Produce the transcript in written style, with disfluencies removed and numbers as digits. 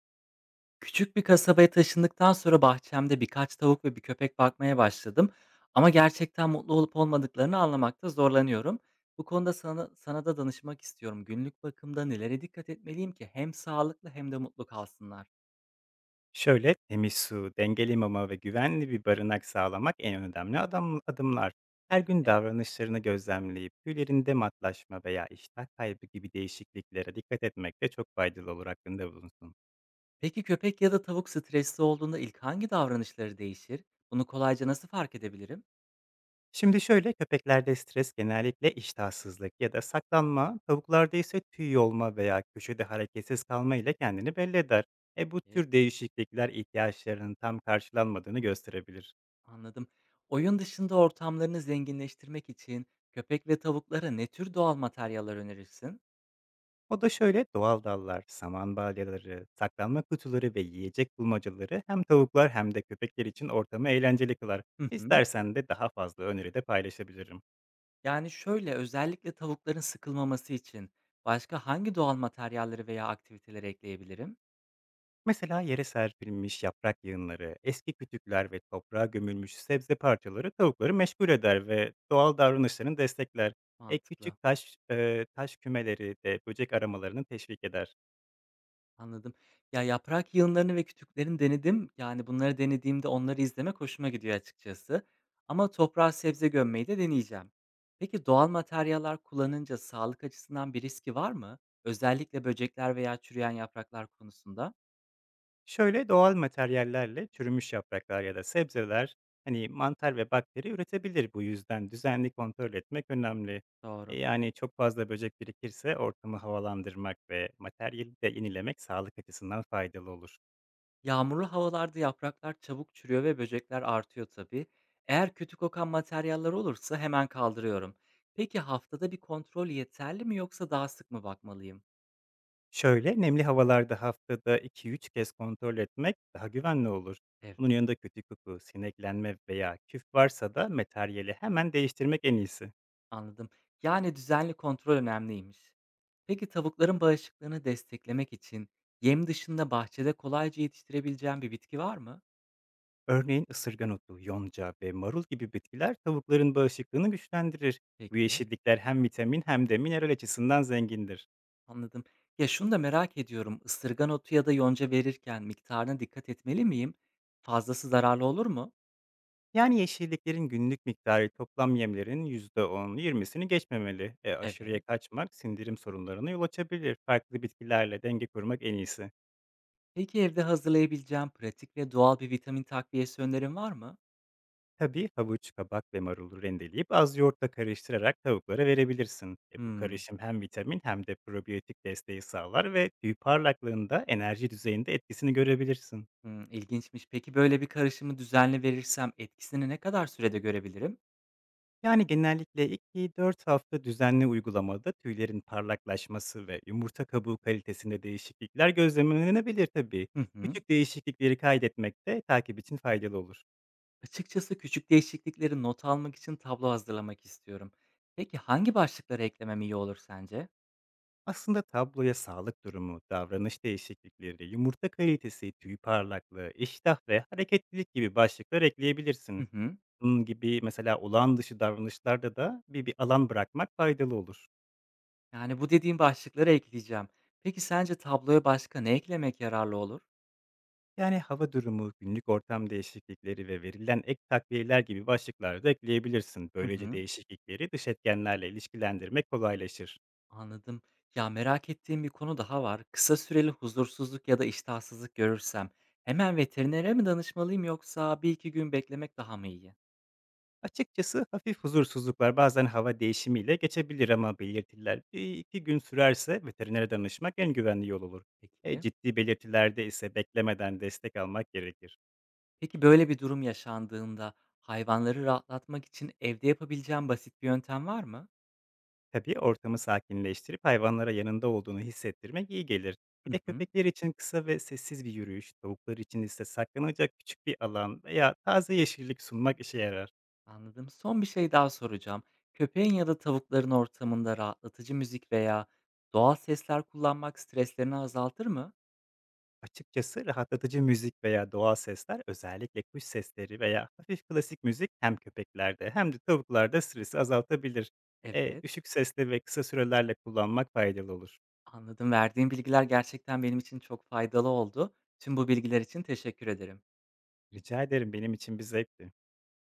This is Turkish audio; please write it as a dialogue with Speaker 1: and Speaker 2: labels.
Speaker 1: Küçük bir kasabaya taşındıktan sonra bahçemde birkaç tavuk ve bir köpek bakmaya başladım. Ama gerçekten mutlu olup olmadıklarını anlamakta zorlanıyorum. Bu konuda sana da danışmak istiyorum. Günlük bakımda nelere dikkat etmeliyim ki hem sağlıklı hem de mutlu kalsınlar?
Speaker 2: Şöyle, temiz su, dengeli mama ve güvenli bir barınak sağlamak en önemli adımlar. Her gün
Speaker 1: E,
Speaker 2: davranışlarını gözlemleyip tüylerinde matlaşma veya iştah kaybı gibi değişikliklere dikkat etmek de çok faydalı olur hakkında bulunsun.
Speaker 1: Peki köpek ya da tavuk stresli olduğunda ilk hangi davranışları değişir? Bunu kolayca nasıl fark edebilirim?
Speaker 2: Şimdi şöyle köpeklerde stres genellikle iştahsızlık ya da saklanma, tavuklarda ise tüy yolma veya köşede hareketsiz kalma ile kendini belli eder. Bu
Speaker 1: e,
Speaker 2: tür değişiklikler ihtiyaçlarının tam karşılanmadığını gösterebilir.
Speaker 1: Anladım. Oyun dışında ortamlarını zenginleştirmek için köpek ve tavuklara ne tür doğal materyaller önerirsin?
Speaker 2: O da şöyle, doğal dallar, saman balyaları, saklanma kutuları ve yiyecek bulmacaları hem tavuklar hem de köpekler için ortamı eğlenceli kılar.
Speaker 1: Hı hı.
Speaker 2: İstersen de daha fazla öneri de paylaşabilirim.
Speaker 1: Özellikle tavukların sıkılmaması için başka hangi doğal materyalleri veya aktiviteleri ekleyebilirim?
Speaker 2: Mesela yere serpilmiş yaprak yığınları, eski kütükler ve toprağa gömülmüş sebze parçaları tavukları meşgul eder ve doğal davranışlarını destekler. Ek
Speaker 1: Mantıklı,
Speaker 2: küçük taş kümeleri de böcek aramalarını teşvik eder.
Speaker 1: anladım. Ya, yaprak yığınlarını ve kütüklerini denedim. Yani, bunları denediğimde onları izlemek hoşuma gidiyor açıkçası, ama toprağa sebze gömmeyi de deneyeceğim. Peki doğal materyaller kullanınca sağlık açısından bir riski var mı? Özellikle böcekler veya çürüyen yapraklar konusunda.
Speaker 2: Şöyle doğal materyallerle çürümüş yapraklar ya da sebzeler hani mantar ve bakteri üretebilir, bu yüzden düzenli kontrol etmek önemli.
Speaker 1: Doğru.
Speaker 2: Yani çok fazla böcek birikirse ortamı havalandırmak ve materyali de yenilemek sağlık açısından faydalı olur.
Speaker 1: Yağmurlu havalarda yapraklar çabuk çürüyor ve böcekler artıyor tabii. Eğer kötü kokan materyaller olursa hemen kaldırıyorum. Peki haftada bir kontrol yeterli mi yoksa daha sık mı bakmalıyım?
Speaker 2: Şöyle nemli havalarda haftada 2-3 kez kontrol etmek daha güvenli olur.
Speaker 1: Evet,
Speaker 2: Bunun yanında kötü koku, sineklenme veya küf varsa da materyali hemen değiştirmek en iyisi.
Speaker 1: anladım. Yani düzenli kontrol önemliymiş. Peki tavukların bağışıklığını desteklemek için yem dışında bahçede kolayca yetiştirebileceğim bir bitki var mı?
Speaker 2: Örneğin ısırgan otu, yonca ve marul gibi bitkiler tavukların bağışıklığını güçlendirir. Bu
Speaker 1: Peki,
Speaker 2: yeşillikler hem vitamin hem de mineral açısından zengindir.
Speaker 1: anladım. Ya şunu da merak ediyorum. Isırgan otu ya da yonca verirken miktarına dikkat etmeli miyim? Fazlası zararlı olur mu?
Speaker 2: Yani yeşilliklerin günlük miktarı toplam yemlerin %10-20'sini geçmemeli. Aşırıya
Speaker 1: Evet.
Speaker 2: kaçmak sindirim sorunlarına yol açabilir. Farklı bitkilerle denge kurmak en iyisi.
Speaker 1: Peki evde hazırlayabileceğim pratik ve doğal bir vitamin takviyesi önerin var mı?
Speaker 2: Tabii havuç, kabak ve marulu rendeleyip az yoğurtla karıştırarak tavuklara verebilirsin. Bu
Speaker 1: Hımm.
Speaker 2: karışım hem vitamin hem de probiyotik desteği sağlar ve tüy parlaklığında, enerji düzeyinde etkisini görebilirsin.
Speaker 1: Hımm, ilginçmiş. Peki böyle bir karışımı düzenli verirsem etkisini ne kadar sürede görebilirim?
Speaker 2: Yani genellikle iki-dört hafta düzenli uygulamada tüylerin parlaklaşması ve yumurta kabuğu kalitesinde değişiklikler gözlemlenebilir tabii.
Speaker 1: Hı hı.
Speaker 2: Küçük değişiklikleri kaydetmek de takip için faydalı olur.
Speaker 1: Açıkçası küçük değişiklikleri not almak için tablo hazırlamak istiyorum. Peki hangi başlıkları eklemem iyi olur sence?
Speaker 2: Aslında tabloya sağlık durumu, davranış değişiklikleri, yumurta kalitesi, tüy parlaklığı, iştah ve hareketlilik gibi başlıklar
Speaker 1: Hı
Speaker 2: ekleyebilirsin.
Speaker 1: hı.
Speaker 2: Bunun gibi mesela olağan dışı davranışlarda da bir alan bırakmak faydalı olur.
Speaker 1: Yani bu dediğim başlıkları ekleyeceğim. Peki sence tabloya başka ne eklemek yararlı olur?
Speaker 2: Yani hava durumu, günlük ortam değişiklikleri ve verilen ek takviyeler gibi başlıklar da ekleyebilirsin.
Speaker 1: Hı
Speaker 2: Böylece
Speaker 1: hı.
Speaker 2: değişiklikleri dış etkenlerle ilişkilendirmek kolaylaşır.
Speaker 1: Anladım. Ya, merak ettiğim bir konu daha var. Kısa süreli huzursuzluk ya da iştahsızlık görürsem hemen veterinere mi danışmalıyım yoksa bir iki gün beklemek daha mı iyi?
Speaker 2: Açıkçası hafif huzursuzluklar bazen hava değişimiyle geçebilir ama belirtiler bir iki gün sürerse veterinere danışmak en güvenli yol olur.
Speaker 1: Peki.
Speaker 2: Ciddi belirtilerde ise beklemeden destek almak gerekir.
Speaker 1: Peki böyle bir durum yaşandığında hayvanları rahatlatmak için evde yapabileceğim basit bir yöntem var mı?
Speaker 2: Tabii ortamı sakinleştirip hayvanlara yanında olduğunu hissettirmek iyi gelir. Bir
Speaker 1: Hı
Speaker 2: de
Speaker 1: hı,
Speaker 2: köpekler için kısa ve sessiz bir yürüyüş, tavuklar için ise saklanacak küçük bir alan veya taze yeşillik sunmak işe yarar.
Speaker 1: anladım. Son bir şey daha soracağım. Köpeğin ya da tavukların ortamında rahatlatıcı müzik veya doğal sesler kullanmak streslerini azaltır mı?
Speaker 2: Açıkçası rahatlatıcı müzik veya doğal sesler, özellikle kuş sesleri veya hafif klasik müzik, hem köpeklerde hem de tavuklarda stresi azaltabilir.
Speaker 1: Evet.
Speaker 2: Düşük sesli ve kısa sürelerle kullanmak faydalı olur.
Speaker 1: Anladım. Verdiğin bilgiler gerçekten benim için çok faydalı oldu. Tüm bu bilgiler için teşekkür ederim.
Speaker 2: Rica ederim, benim için bir zevkti.